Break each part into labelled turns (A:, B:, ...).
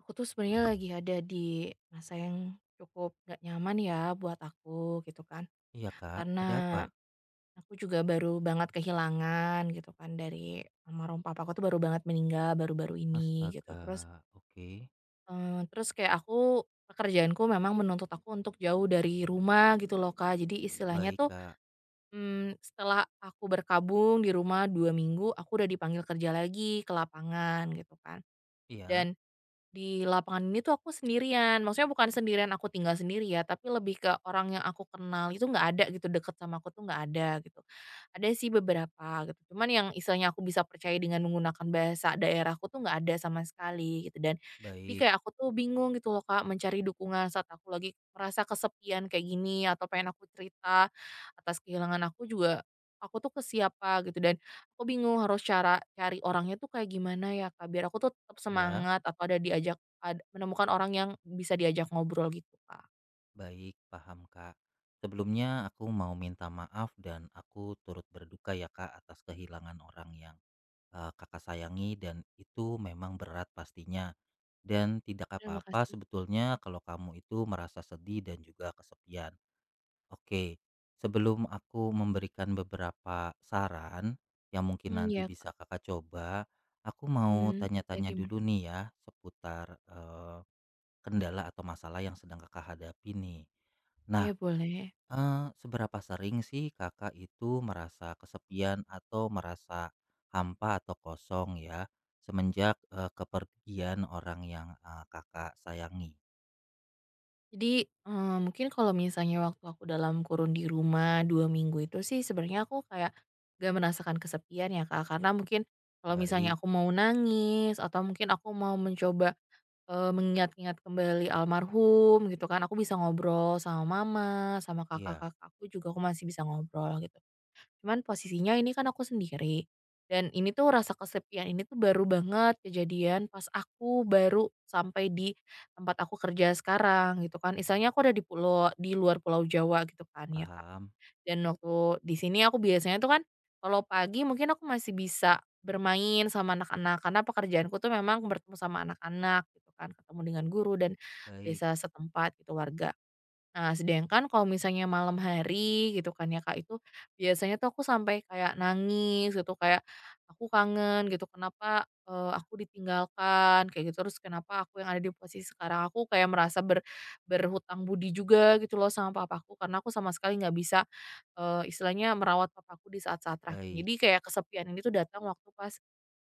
A: Aku tuh sebenarnya lagi ada di masa yang cukup nggak nyaman ya buat aku gitu kan.
B: Iya Kak,
A: Karena
B: ada apa?
A: aku juga baru banget kehilangan gitu kan dari almarhum papa. Aku tuh baru banget meninggal baru-baru ini gitu.
B: Astaga,
A: Terus
B: oke.
A: eee, terus kayak pekerjaanku memang menuntut aku untuk jauh dari rumah gitu loh, Kak. Jadi istilahnya
B: Baik
A: tuh,
B: Kak,
A: setelah aku berkabung di rumah 2 minggu, aku udah dipanggil kerja lagi ke lapangan gitu kan.
B: iya,
A: Dan Di lapangan ini tuh aku sendirian, maksudnya bukan sendirian aku tinggal sendiri ya, tapi lebih ke orang yang aku kenal itu nggak ada gitu, deket sama aku tuh nggak ada gitu. Ada sih beberapa gitu, cuman yang istilahnya aku bisa percaya dengan menggunakan bahasa daerahku tuh nggak ada sama sekali gitu dan jadi
B: baik,
A: kayak aku tuh bingung gitu loh, Kak, mencari dukungan saat aku lagi merasa kesepian kayak gini atau pengen aku cerita atas kehilangan aku juga, aku tuh ke siapa gitu dan aku bingung harus cara cari orangnya tuh kayak gimana ya, Kak, biar aku tuh tetap
B: ya,
A: semangat atau ada diajak ad menemukan orang yang bisa diajak ngobrol gitu, Kak.
B: baik, paham Kak. Sebelumnya aku mau minta maaf dan aku turut berduka ya Kak atas kehilangan orang yang Kakak sayangi dan itu memang berat pastinya. Dan tidak
A: Terima
B: apa-apa
A: kasih.
B: sebetulnya kalau kamu itu merasa sedih dan juga kesepian. Oke, sebelum aku memberikan beberapa saran yang mungkin
A: Hmm,
B: nanti
A: iya, Kak.
B: bisa Kakak coba, aku mau
A: Hmm, ya,
B: tanya-tanya
A: gimana?
B: dulu nih ya seputar kendala atau masalah yang sedang Kakak hadapi nih. Nah,
A: Iya, boleh.
B: seberapa sering sih Kakak itu merasa kesepian atau merasa hampa atau kosong ya semenjak kepergian orang yang Kakak sayangi?
A: Jadi, mungkin kalau misalnya waktu aku dalam kurun di rumah 2 minggu itu sih sebenarnya aku kayak gak merasakan kesepian ya, Kak, karena mungkin kalau misalnya
B: Baik,
A: aku mau nangis atau mungkin aku mau mencoba mengingat-ingat kembali almarhum gitu kan, aku bisa ngobrol sama mama, sama
B: ya
A: kakak-kakak aku juga aku masih bisa ngobrol gitu. Cuman posisinya ini kan aku sendiri, dan ini tuh rasa kesepian ini tuh baru banget kejadian pas aku baru sampai di tempat aku kerja sekarang gitu kan. Istilahnya aku ada di pulau di luar Pulau Jawa gitu kan ya, Kak.
B: paham.
A: Dan waktu di sini aku biasanya tuh kan, kalau pagi mungkin aku masih bisa bermain sama anak-anak, karena pekerjaanku tuh memang bertemu sama anak-anak gitu kan, ketemu dengan guru dan
B: Baik,
A: desa setempat gitu, warga. Nah, sedangkan kalau misalnya malam hari gitu kan ya, Kak, itu biasanya tuh aku sampai kayak nangis gitu, kayak aku kangen gitu, kenapa, aku ditinggalkan kayak gitu, terus kenapa aku yang ada di posisi sekarang, aku kayak merasa berhutang budi juga gitu loh sama papaku, karena aku sama sekali nggak bisa, istilahnya merawat papaku di saat-saat terakhir.
B: baik.
A: Jadi kayak kesepian ini tuh datang waktu pas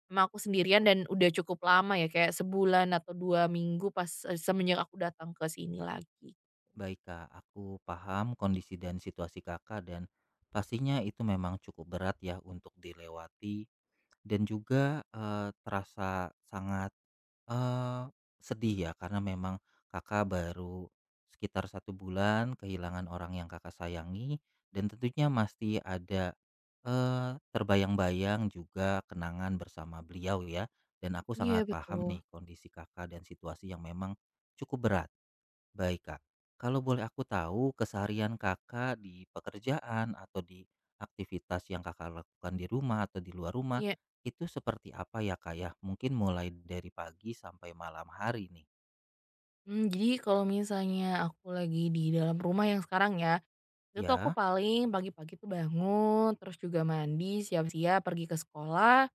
A: emang aku sendirian dan udah cukup lama ya, kayak sebulan atau 2 minggu pas, semenjak aku datang ke sini lagi.
B: Baik Kak, aku paham kondisi dan situasi Kakak dan pastinya itu memang cukup berat ya untuk dilewati dan juga terasa sangat eh, sedih ya karena memang Kakak baru sekitar satu bulan kehilangan orang yang Kakak sayangi dan tentunya masih ada terbayang-bayang juga kenangan bersama beliau ya dan aku sangat
A: Iya,
B: paham
A: betul.
B: nih kondisi Kakak dan situasi yang memang cukup berat. Baik, Kak. Kalau boleh aku tahu, keseharian Kakak di pekerjaan atau di aktivitas yang Kakak lakukan di rumah atau di luar rumah
A: Iya,
B: itu seperti apa ya, Kak? Ya, mungkin mulai dari pagi sampai malam hari nih.
A: jadi kalau misalnya aku lagi di dalam rumah yang sekarang ya, itu tuh aku
B: Ya,
A: paling pagi-pagi tuh bangun, terus juga mandi, siap-siap pergi ke sekolah,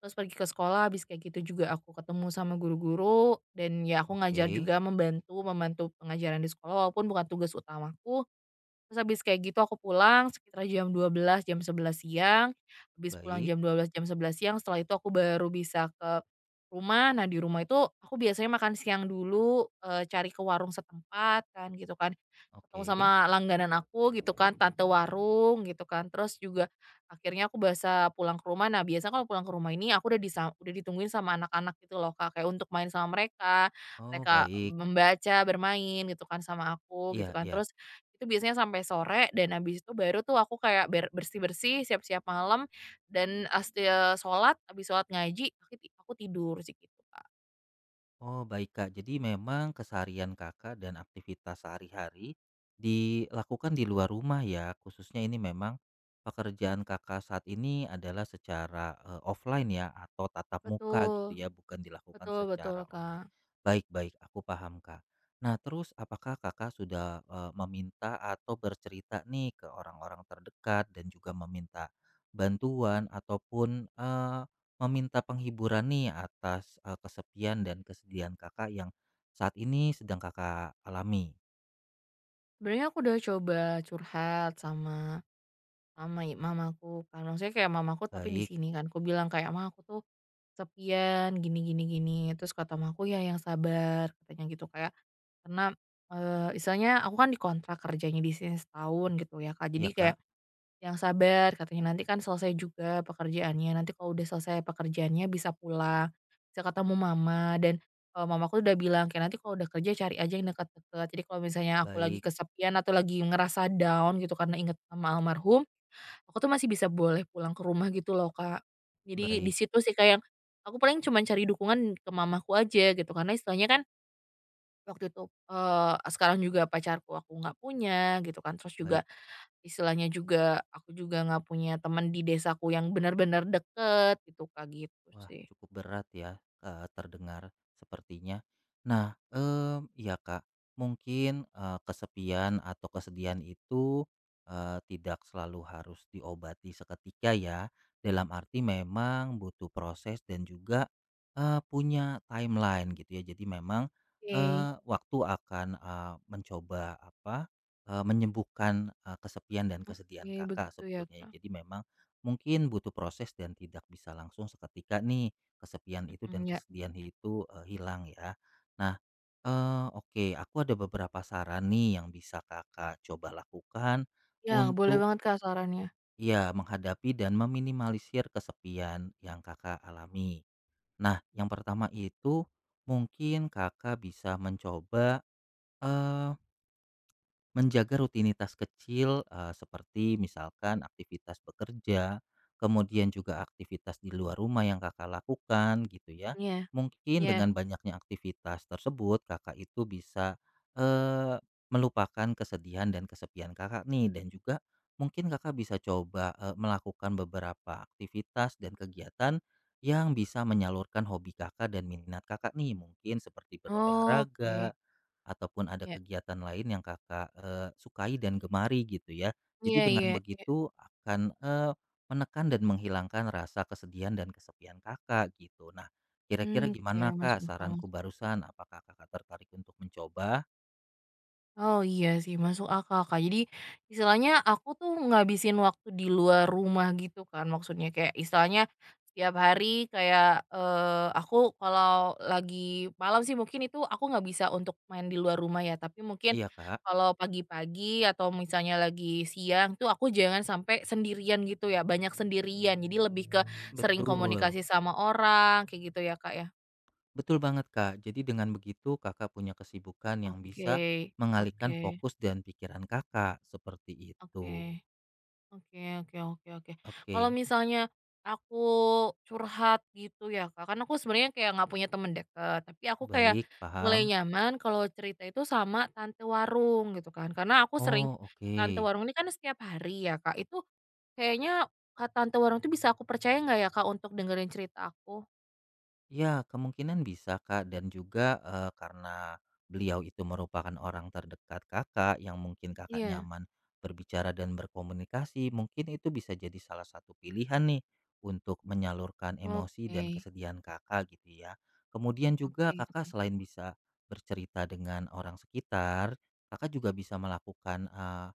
A: terus pergi ke sekolah habis kayak gitu juga aku ketemu sama guru-guru, dan ya aku ngajar
B: oke,
A: juga membantu membantu pengajaran di sekolah walaupun bukan tugas utamaku. Terus habis kayak gitu aku pulang sekitar jam 12 jam 11 siang, habis pulang
B: baik,
A: jam 12 jam 11 siang, setelah itu aku baru bisa ke rumah. Nah, di rumah itu aku biasanya makan siang dulu, cari ke warung setempat kan gitu kan, ketemu
B: oke.
A: sama langganan aku gitu kan, tante warung gitu kan. Terus juga akhirnya aku bisa pulang ke rumah. Nah, biasanya kalau pulang ke rumah ini aku udah ditungguin sama anak-anak gitu loh, Kak, kayak untuk main sama mereka,
B: Oh,
A: mereka
B: baik.
A: membaca, bermain gitu kan sama aku gitu
B: Iya,
A: kan.
B: iya.
A: Terus itu biasanya sampai sore dan habis itu baru tuh aku kayak bersih-bersih, siap-siap malam dan, sholat, habis sholat ngaji, aku tidur sih gitu, Kak.
B: Oh, baik Kak. Jadi memang keseharian Kakak dan aktivitas sehari-hari dilakukan di luar rumah ya. Khususnya ini memang pekerjaan Kakak saat ini adalah secara offline ya atau tatap muka
A: Betul,
B: gitu ya, bukan dilakukan
A: betul betul,
B: secara online.
A: Kak.
B: Baik-baik, aku paham Kak. Nah, terus apakah Kakak sudah meminta atau bercerita nih ke orang-orang terdekat dan juga meminta bantuan ataupun meminta penghiburan nih atas, kesepian dan kesedihan Kakak yang saat ini sedang Kakak alami.
A: Sebenarnya aku udah coba curhat sama mama, mamaku kan, maksudnya kayak mamaku tapi di
B: Baik,
A: sini kan, aku bilang kayak, "Ma, aku tuh sepian gini gini gini." Terus kata mamaku, "Ya yang sabar," katanya gitu, kayak karena, istilahnya aku kan dikontrak kerjanya di sini setahun gitu ya, Kak. Jadi
B: ya
A: kayak
B: Kak,
A: yang sabar katanya, nanti kan selesai juga pekerjaannya, nanti kalau udah selesai pekerjaannya bisa pulang, bisa ketemu mama dan, mamaku udah bilang kayak, "Nanti kalau udah kerja cari aja yang dekat-dekat." Jadi kalau misalnya aku lagi
B: baik
A: kesepian atau lagi ngerasa down gitu karena inget sama almarhum, aku tuh masih bisa boleh pulang ke rumah gitu loh, Kak. Jadi di
B: baik
A: situ sih kayak yang aku paling cuman cari dukungan ke mamaku aja gitu, karena istilahnya kan waktu itu, sekarang juga pacarku aku nggak punya gitu kan, terus
B: baik.
A: juga istilahnya juga aku juga nggak punya teman di desaku yang benar-benar deket gitu, Kak, gitu
B: Wah,
A: sih.
B: cukup berat ya, terdengar sepertinya. Nah, iya Kak, mungkin, kesepian atau kesedihan itu, tidak selalu harus diobati seketika ya, dalam arti memang butuh proses dan juga, punya timeline gitu ya. Jadi memang,
A: Oke.
B: waktu akan, mencoba apa, menyembuhkan, kesepian dan
A: Oke,
B: kesedihan Kakak
A: begitu ya,
B: sebetulnya, ya.
A: Kak.
B: Jadi memang mungkin butuh proses dan tidak bisa langsung seketika nih kesepian itu dan
A: Mhm, ya.
B: kesedihan itu, hilang ya. Nah, oke aku ada beberapa saran nih yang bisa Kakak coba lakukan
A: Ya, boleh
B: untuk
A: banget, Kak, sarannya.
B: ya menghadapi dan meminimalisir kesepian yang Kakak alami. Nah, yang pertama itu mungkin Kakak bisa mencoba, eh, menjaga rutinitas kecil seperti misalkan aktivitas bekerja, kemudian juga aktivitas di luar rumah yang Kakak lakukan gitu ya.
A: Iya,
B: Mungkin
A: iya.
B: dengan banyaknya aktivitas tersebut Kakak itu bisa eh, melupakan kesedihan dan kesepian Kakak nih dan juga mungkin Kakak bisa coba melakukan beberapa aktivitas dan kegiatan yang bisa menyalurkan hobi Kakak dan minat Kakak nih mungkin seperti berolahraga
A: Oke,
B: ataupun ada
A: ya.
B: kegiatan lain yang Kakak, sukai dan gemari gitu ya.
A: Iya,
B: Jadi dengan
A: iya, iya.
B: begitu akan, menekan dan menghilangkan rasa kesedihan dan kesepian Kakak gitu. Nah, kira-kira
A: Oke,
B: gimana
A: masuk
B: Kak
A: akal.
B: saranku barusan? Apakah Kakak tertarik untuk mencoba?
A: Oh, iya sih masuk akal, Kak. Jadi istilahnya aku tuh ngabisin waktu di luar rumah gitu kan maksudnya, kayak istilahnya setiap hari kayak, aku kalau lagi malam sih mungkin itu aku nggak bisa untuk main di luar rumah ya, tapi mungkin
B: Iya Kak.
A: kalau pagi-pagi atau misalnya lagi siang tuh aku jangan sampai sendirian gitu ya, banyak sendirian. Jadi lebih ke sering
B: Betul.
A: komunikasi sama orang kayak gitu ya, Kak, ya?
B: Betul banget Kak. Jadi dengan begitu Kakak punya kesibukan yang bisa
A: Oke,
B: mengalihkan
A: oke,
B: fokus dan pikiran Kakak, seperti itu.
A: oke. Oke, oke, oke, oke. Kalau
B: Oke.
A: misalnya aku curhat gitu ya, Kak, karena aku sebenarnya kayak nggak punya temen deket, tapi aku kayak
B: Baik,
A: mulai
B: paham.
A: nyaman kalau cerita itu sama tante warung gitu kan. Karena aku sering
B: Oh,
A: tante
B: oke.
A: warung ini kan setiap hari ya, Kak, itu kayaknya Kak, tante warung itu bisa aku percaya nggak ya, Kak, untuk dengerin cerita aku?
B: Ya, kemungkinan bisa, Kak, dan juga, karena beliau itu merupakan orang terdekat Kakak, yang mungkin Kakak
A: Iya,
B: nyaman berbicara dan berkomunikasi, mungkin itu bisa jadi salah satu pilihan nih, untuk menyalurkan emosi dan
A: oke.
B: kesedihan Kakak, gitu ya. Kemudian juga
A: Oke,
B: Kakak
A: oke.
B: selain bisa bercerita dengan orang sekitar, Kakak juga bisa melakukan,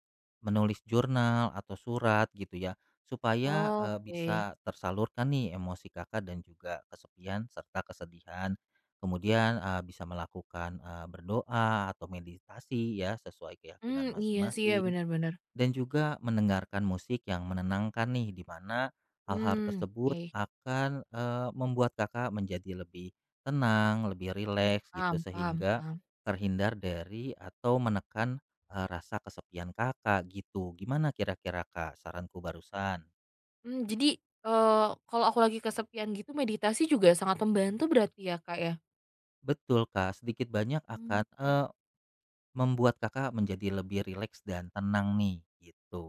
B: menulis jurnal atau surat, gitu ya. Supaya,
A: Oke.
B: bisa tersalurkan nih emosi Kakak dan juga kesepian serta kesedihan. Kemudian, bisa melakukan, berdoa atau meditasi ya sesuai keyakinan
A: Hmm, iya sih ya,
B: masing-masing
A: benar-benar.
B: dan juga mendengarkan musik yang menenangkan nih di mana hal-hal
A: Hmm,
B: tersebut
A: oke.
B: akan, membuat Kakak menjadi lebih tenang, lebih rileks gitu
A: Paham, paham,
B: sehingga
A: paham.
B: terhindar dari atau menekan, rasa kesepian Kakak gitu. Gimana kira-kira, Kak, saranku barusan?
A: Jadi, kalau aku lagi kesepian gitu meditasi juga sangat membantu berarti ya, Kak, ya?
B: Betul, Kak, sedikit banyak akan,
A: Oke.
B: membuat Kakak menjadi lebih rileks dan tenang nih, gitu.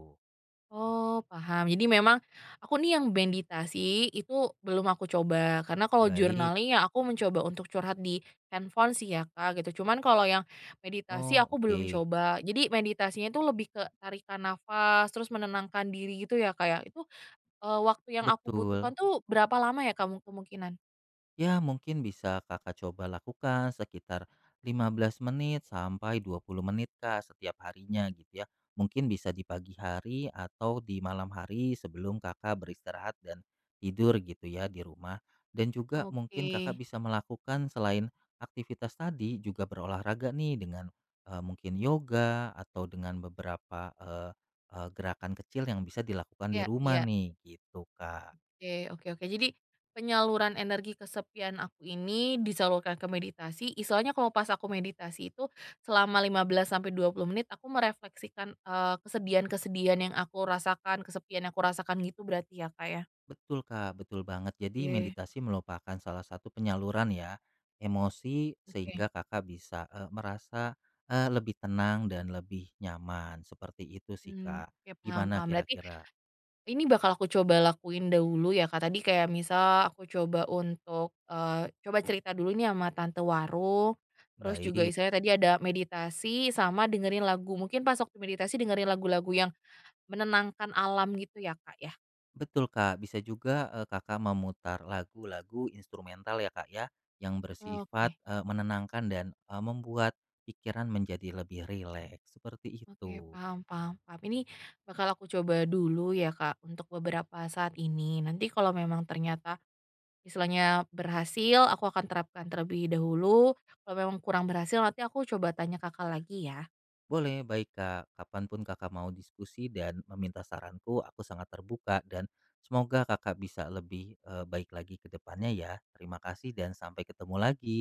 A: Oh, paham. Jadi memang aku nih yang meditasi itu belum aku coba, karena kalau
B: Baik,
A: journaling ya aku mencoba untuk curhat di handphone sih ya, Kak, gitu. Cuman kalau yang meditasi
B: oh,
A: aku
B: oke,
A: belum coba. Jadi meditasinya itu lebih ke tarikan nafas, terus menenangkan diri gitu ya, Kak, ya? Itu, waktu yang aku
B: betul.
A: butuhkan tuh berapa lama ya, Kak, kemungkinan?
B: Ya, mungkin bisa Kakak coba lakukan sekitar 15 menit sampai 20 menit Kak setiap harinya gitu ya. Mungkin bisa di pagi hari atau di malam hari sebelum Kakak beristirahat dan tidur gitu ya di rumah. Dan juga mungkin
A: Oke.
B: Kakak bisa melakukan selain aktivitas tadi juga berolahraga nih dengan mungkin yoga atau dengan beberapa gerakan kecil yang bisa dilakukan di
A: Iya,
B: rumah
A: iya.
B: nih gitu Kak.
A: Oke, oke, oke. Jadi, penyaluran energi kesepian aku ini disalurkan ke meditasi, istilahnya kalau pas aku meditasi itu selama 15 sampai 20 menit aku merefleksikan, kesedihan-kesedihan yang aku rasakan, kesepian yang aku rasakan gitu berarti ya, Kak, ya?
B: Betul Kak, betul banget. Jadi
A: Oke,
B: meditasi merupakan salah satu penyaluran ya emosi
A: oke.
B: sehingga Kakak bisa merasa lebih tenang dan lebih nyaman. Seperti itu sih
A: Hmm,
B: Kak.
A: oke, paham,
B: Gimana
A: paham. Berarti
B: kira-kira?
A: ini bakal aku coba lakuin dahulu ya, Kak. Tadi kayak misal aku coba untuk, coba cerita dulu nih sama tante warung, terus juga
B: Baik.
A: istilahnya tadi ada meditasi sama dengerin lagu. Mungkin pas waktu meditasi dengerin lagu-lagu yang menenangkan alam gitu ya, Kak, ya?
B: Betul Kak, bisa juga Kakak memutar lagu-lagu instrumental ya Kak ya yang bersifat
A: Oke,
B: menenangkan dan membuat pikiran menjadi lebih rileks. Seperti
A: oke,
B: itu.
A: paham, paham, paham. Ini bakal aku coba dulu ya, Kak, untuk beberapa saat ini. Nanti kalau memang ternyata istilahnya berhasil, aku akan terapkan terlebih dahulu. Kalau memang kurang berhasil, nanti aku coba tanya Kakak lagi ya.
B: Boleh, baik Kak. Kapanpun Kakak mau diskusi dan meminta saranku, aku sangat terbuka dan semoga Kakak bisa lebih baik lagi ke depannya ya. Terima kasih dan sampai ketemu lagi.